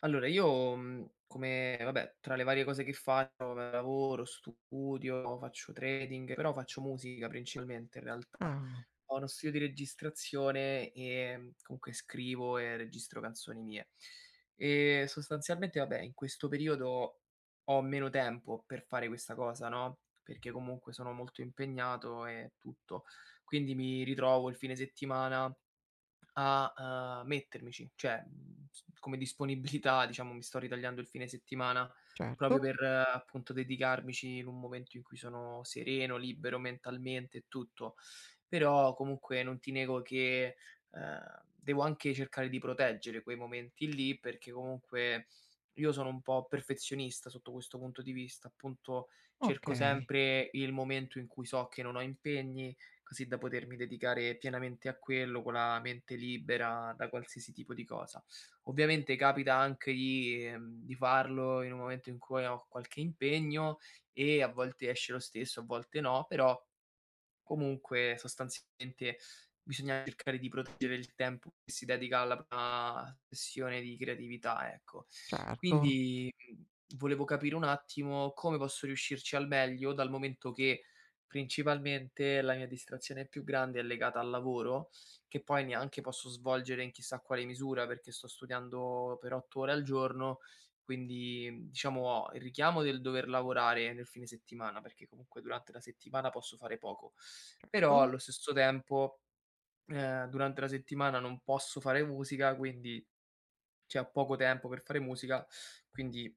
Allora io, come vabbè, tra le varie cose che faccio, vabbè, lavoro, studio, faccio trading, però faccio musica principalmente in realtà. Ah, Ho uno studio di registrazione e comunque scrivo e registro canzoni mie. E sostanzialmente vabbè, in questo periodo ho meno tempo per fare questa cosa, no, perché comunque sono molto impegnato e tutto. Quindi mi ritrovo il fine settimana a mettermici, cioè, mhmm, s come disponibilità, diciamo, mi sto ritagliando il fine settimana proprio certo, per, appunto, dedicarmici in un momento in cui sono sereno, libero mentalmente e tutto. Però comunque non ti nego che, devo anche cercare di proteggere quei momenti lì, perché comunque io sono un po' perfezionista sotto questo punto di vista, appunto cerco okay, sempre il momento in cui so che non ho impegni, così da potermi dedicare pienamente a quello, con la mente libera da qualsiasi tipo di cosa. Ovviamente capita anche di farlo in un momento in cui ho qualche impegno e a volte esce lo stesso, a volte no, però comunque sostanzialmente bisogna cercare di proteggere il tempo che si dedica alla propria sessione di creatività, ecco. certo, Quindi, volevo capire un attimo come posso riuscirci al meglio, dal momento che principalmente la mia distrazione più grande è legata al lavoro, che poi neanche posso svolgere in chissà quale misura perché sto studiando per 8 ore al giorno, quindi, diciamo, ho il richiamo del dover lavorare nel fine settimana, perché comunque durante la settimana posso fare poco. Però to allo stesso tempo, durante la settimana non posso fare musica, quindi, cioè, ho poco tempo per fare musica, quindi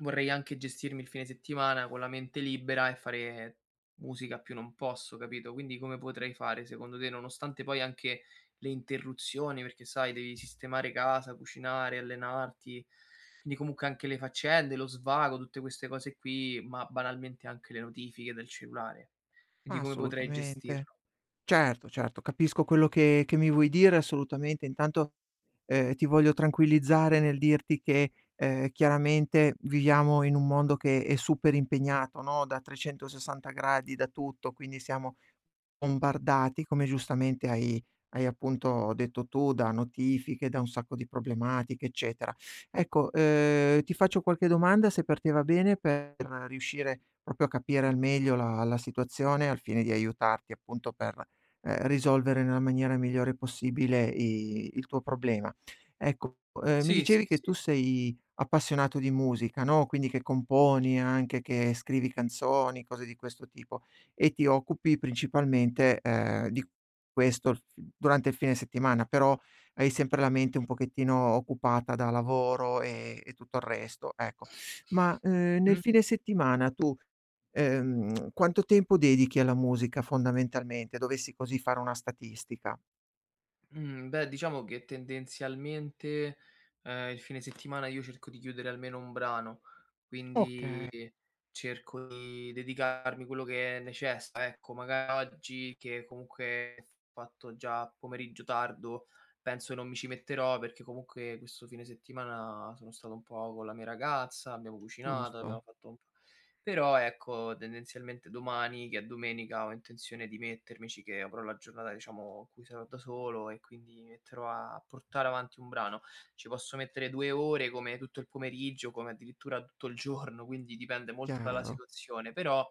vorrei anche gestirmi il fine settimana con la mente libera e fare musica a più non posso, capito, quindi come potrei fare secondo te? Nonostante poi anche le interruzioni, perché sai devi sistemare casa, cucinare, allenarti, quindi comunque anche le faccende, lo svago, tutte queste cose qui, ma banalmente anche le notifiche del cellulare. Quindi come potrei assolutamente. gestirlo? Certo, certo, capisco quello che mi vuoi dire assolutamente. Intanto, ti voglio tranquillizzare nel dirti che, chiaramente viviamo in un mondo che è super impegnato, no, da 360 gradi, da tutto, quindi siamo bombardati, come giustamente hai appunto detto tu, da notifiche, da un sacco di problematiche, eccetera. Ecco, ti faccio qualche domanda, se per te va bene, per riuscire proprio a capire al meglio la situazione, al fine di aiutarti appunto per, risolvere nella maniera migliore possibile i il tuo problema. Ecco, mi Sì, sì, dicevi che sì. tu sei appassionato di musica, no, quindi che componi anche, che scrivi canzoni, cose di questo tipo e ti occupi principalmente, di questo il f durante il fine settimana, però hai sempre la mente un pochettino occupata da lavoro e tutto il resto, ecco. Ma, nel Mh. fine settimana tu, quanto tempo dedichi alla musica fondamentalmente? Dovessi così fare una statistica. Mhmm, beh, diciamo che tendenzialmente, il fine settimana io cerco di chiudere almeno un brano, quindi Okay, cerco di dedicarmi quello che necessita, ecco. Magari oggi che comunque ho fatto già pomeriggio tardo, penso che non mi ci metterò perché comunque questo fine settimana sono stato un po' con la mia ragazza, abbiamo cucinato, abbiamo giusto, fatto un p però ecco, tendenzialmente domani, che è domenica, ho intenzione di mettermici che avrò la giornata, diciamo, in cui sarò da solo e quindi mi metterò a portare avanti un brano. Ci posso mettere 2 ore come tutto il pomeriggio, come addirittura tutto il giorno, quindi dipende molto dalla chiaro, situazione, però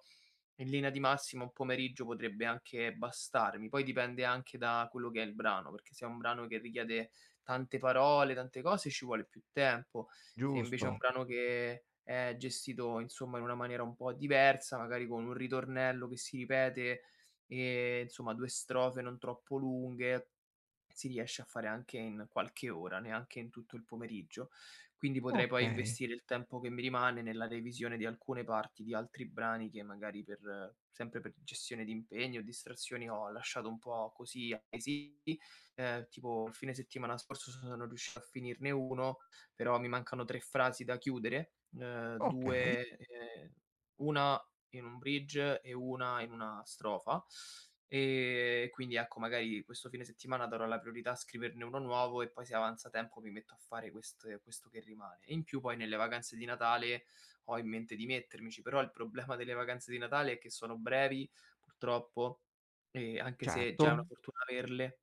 in linea di massima un pomeriggio potrebbe anche bastarmi. Poi dipende anche da quello che è il brano, perché se è un brano che richiede tante parole, tante cose, ci vuole più tempo. Se invece è un giusto. brano che è gestito, insomma, in una maniera un po' diversa, magari con un ritornello che si ripete e, insomma, 2 strofe non troppo lunghe si riesce a fare anche in qualche ora, neanche in tutto il pomeriggio. Quindi potrei poi Okay, investire il tempo che mi rimane nella revisione di alcune parti di altri brani che magari per sempre per gestione di impegni o distrazioni ho lasciato un po' così ai tipo il fine settimana scorso sono riuscito a finirne uno, però mi mancano 3 frasi da chiudere, okay, 2 una in un bridge e una in una strofa. Quindi ecco, magari questo fine settimana darò la priorità a scriverne uno nuovo e poi se avanza tempo mi metto a fare questo che rimane. E in più poi nelle vacanze di Natale ho in mente di mettermici, però il problema delle vacanze di Natale è che sono brevi, purtroppo, e anche se già è una certo. fortuna averle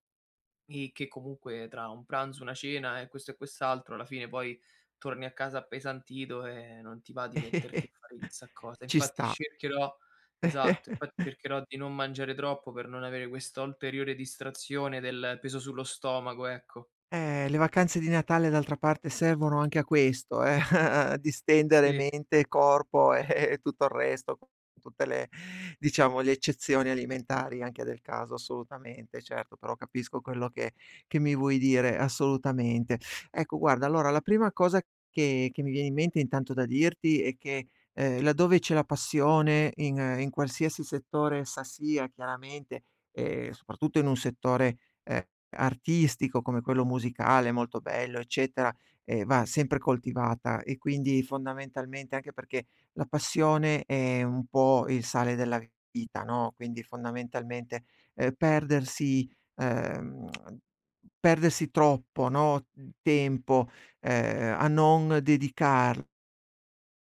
e che comunque tra un pranzo, una cena e questo e quest'altro, alla fine poi torni a casa appesantito e non ti va di metterti a fare chissà cosa. Ci Infatti sta. cercherò esatto, infatti cercherò di non mangiare troppo per non avere questa ulteriore distrazione del peso sullo stomaco, ecco. Le vacanze di Natale d'altra parte servono anche a questo, a distendere Sì, mente e corpo e tutto il resto, con tutte le diciamo le eccezioni alimentari anche del caso, assolutamente, certo, però capisco quello che mi vuoi dire, assolutamente. Ecco guarda, allora la prima cosa che mi viene in mente intanto da dirti è che, laddove c'è la passione in in qualsiasi settore essa sia chiaramente, e soprattutto in un settore, ehm artistico come quello musicale molto bello, eccetera, va sempre coltivata e quindi fondamentalmente anche perché la passione è un po' il sale della vita, no, quindi fondamentalmente, ehm, perdersi ehm, perdersi troppo, no, tempo, a non dedicarlo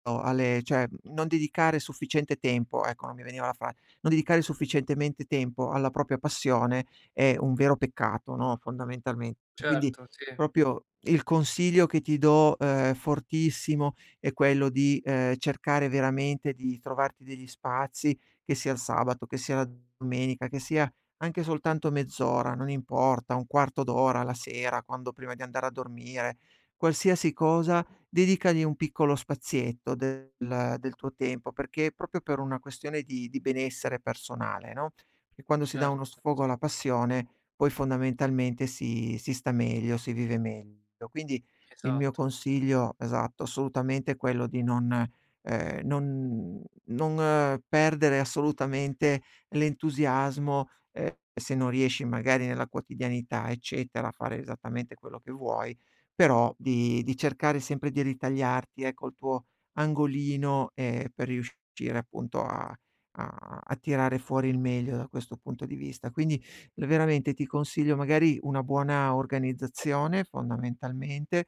o alle cioè, non dedicare sufficiente tempo, ecco, non mi veniva la fra non dedicare sufficientemente tempo alla propria passione è un vero peccato, no, fondamentalmente. Quindi certo, sì, proprio il consiglio che ti do, fortissimo, è quello di, cercare veramente di trovarti degli spazi, che sia il sabato, che sia la domenica, che sia anche soltanto mezz'ora, non importa, un quarto d'ora, la sera, quando prima di andare a dormire, qualsiasi cosa dedicagli un piccolo spazietto del tuo tempo, perché proprio per una questione di benessere personale, no, perché quando si dà uno certo, sfogo sì, alla passione, poi fondamentalmente si sta meglio, si vive meglio. Quindi il mio esatto. consiglio esatto, assolutamente è quello di non perdere assolutamente l'entusiasmo, se non riesci magari nella quotidianità, eccetera, a fare esattamente quello che vuoi però di cercare sempre di ritagliarti, ecco, il tuo angolino, per riuscire appunto a tirare fuori il meglio da questo punto di vista. Quindi l veramente ti consiglio magari una buona organizzazione fondamentalmente,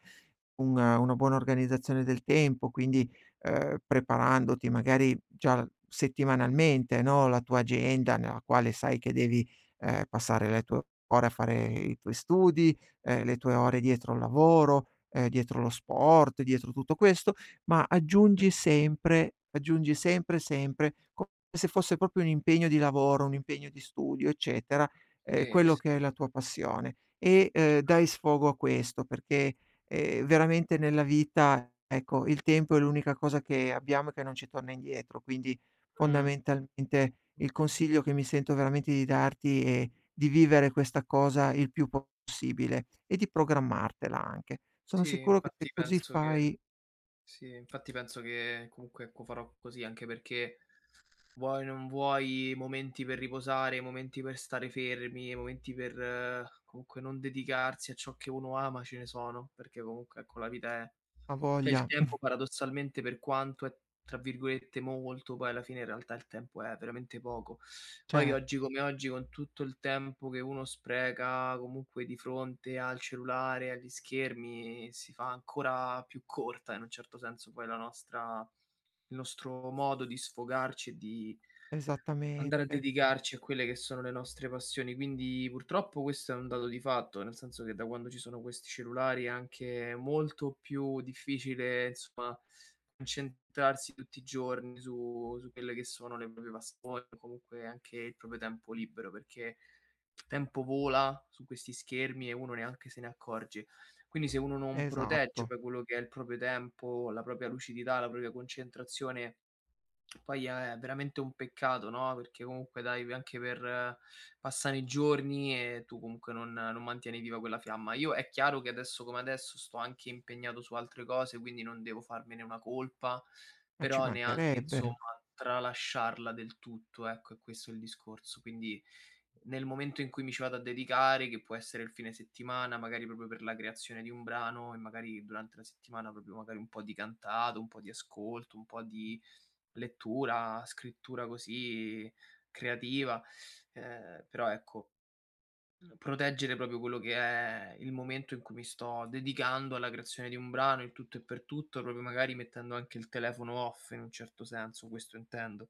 un una buona organizzazione del tempo, quindi, preparandoti magari già settimanalmente, no, la tua agenda nella quale sai che devi, passare le tue ore a fare i tuoi studi, le tue ore dietro al lavoro, dietro lo sport, dietro tutto questo, ma Mh, aggiungi sempre, sempre, come se fosse proprio un impegno di lavoro, un impegno di studio, eccetera, sì, quello sì. che è la tua passione e, dai sfogo a questo perché, veramente nella vita, ecco, il tempo è l'unica cosa che abbiamo e che non ci torna indietro. Quindi Mh. fondamentalmente il consiglio che mi sento veramente di darti è di vivere questa cosa il più possibile e di programmartela anche. Sono Sì, sicuro che se infatti così penso che fai sì, infatti penso che comunque, ecco, farò così, anche perché vuoi, non vuoi, momenti per riposare, momenti per stare fermi, momenti per comunque non dedicarsi a ciò che uno ama ce ne sono, perché comunque ecco la vita è ha cioè il voglia. tempo paradossalmente per quanto è tra virgolette "molto", poi alla fine in realtà il tempo è veramente poco. Poi Certo, oggi come oggi con tutto il tempo che uno spreca comunque di fronte al cellulare, agli schermi, si fa ancora più corta in un certo senso poi la nostra il nostro modo di sfogarci e di andare a esattamente, dedicarci a quelle che sono le nostre passioni, quindi purtroppo questo è un dato di fatto, nel senso che da quando ci sono questi cellulari è anche molto più difficile, insomma, concentrarsi tutti i giorni su quelle che sono le proprie passioni, o comunque anche il proprio tempo libero, perché il tempo vola su questi schermi e uno neanche se ne accorge. Quindi se uno non protegge esatto, poi quello che è il proprio tempo, la propria lucidità, la propria concentrazione poi è veramente un peccato, no, perché comunque dai, anche per passano i giorni e tu comunque non mantieni viva quella fiamma. Io è chiaro che adesso come adesso sto anche impegnato su altre cose, quindi non devo farmene una colpa, ma ci però neanche insomma mancherebbe. tralasciarla del tutto, ecco, è questo il discorso. Quindi nel momento in cui mi ci vado a dedicare, che può essere il fine settimana, magari proprio per la creazione di un brano e magari durante la settimana proprio magari un po' di cantato, un po' di ascolto, un po' di lettura, scrittura così creativa, però ecco, proteggere proprio quello che è il momento in cui mi sto dedicando alla creazione di un brano, il tutto e per tutto, proprio magari mettendo anche il telefono off in un certo senso, questo intendo.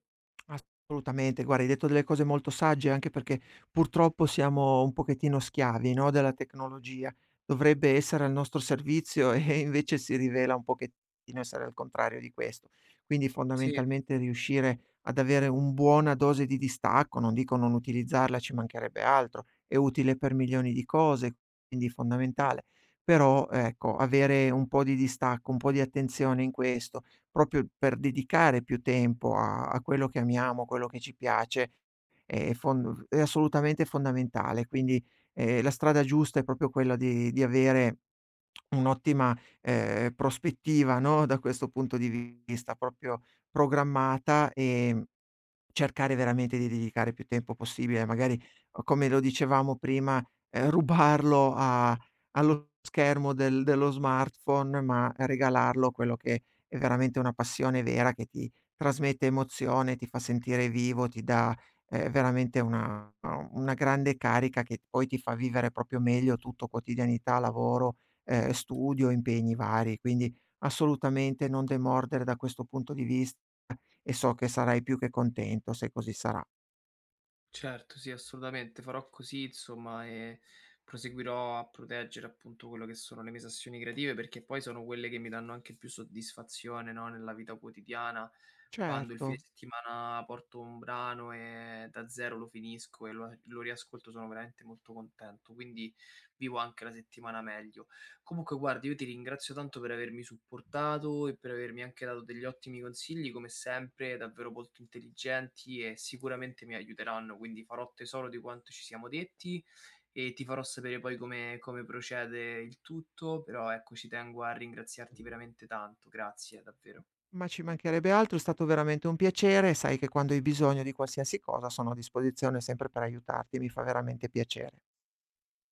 Assolutamente, guarda hai detto delle cose molto sagge, anche perché purtroppo siamo un pochettino schiavi, no, della tecnologia. Dovrebbe essere al nostro servizio e invece si rivela un pochettino essere al contrario di questo. Quindi Sì. fondamentalmente riuscire ad avere un buona dose di distacco, non dico non utilizzarla, ci mancherebbe altro, è utile per milioni di cose, quindi fondamentale. Però ecco, avere un po' di distacco, un po' di attenzione in questo, proprio per dedicare più tempo a quello che amiamo, quello che ci piace, è assolutamente fondamentale. Quindi, la strada giusta è proprio quella di avere un'ottima, prospettiva, no, da questo punto di vista, proprio programmata, cercare veramente di dedicare più tempo possibile, magari, come lo dicevamo prima, rubarlo a allo schermo dello smartphone, ma regalarlo quello che è veramente una passione vera, che ti trasmette emozione, ti fa sentire vivo, ti dà, veramente una grande carica che poi ti fa vivere proprio meglio tutto, quotidianità, lavoro, studio, impegni vari. Quindi assolutamente non demordere da questo punto di vis e so che sarai più che contento se così sarà. Certo, sì, assolutamente. Farò così, insomma, e proseguirò a proteggere appunto quello che sono le mie sessioni creative, perché poi sono quelle che mi danno anche più soddisfazione, no, nella vita quotidiana. Quando il Certo, fine settimana porto un brano e da zero lo finisco e lo riascolto, sono veramente molto contento. Quindi vivo anche la settimana meglio. Comunque guarda, io ti ringrazio tanto per avermi supportato e per avermi anche dato degli ottimi consigli, come sempre, davvero molto intelligenti e sicuramente mi aiuteranno, quindi farò tesoro di quanto ci siamo detti e ti farò sapere poi come procede il tutto, però ecco, ci tengo a ringraziarti veramente tanto, grazie davvero. ma ci mancherebbe altro, è stato veramente un piacere e sai che quando hai bisogno di qualsiasi cosa sono a disposizione sempre per aiutarti, mi fa veramente piacere.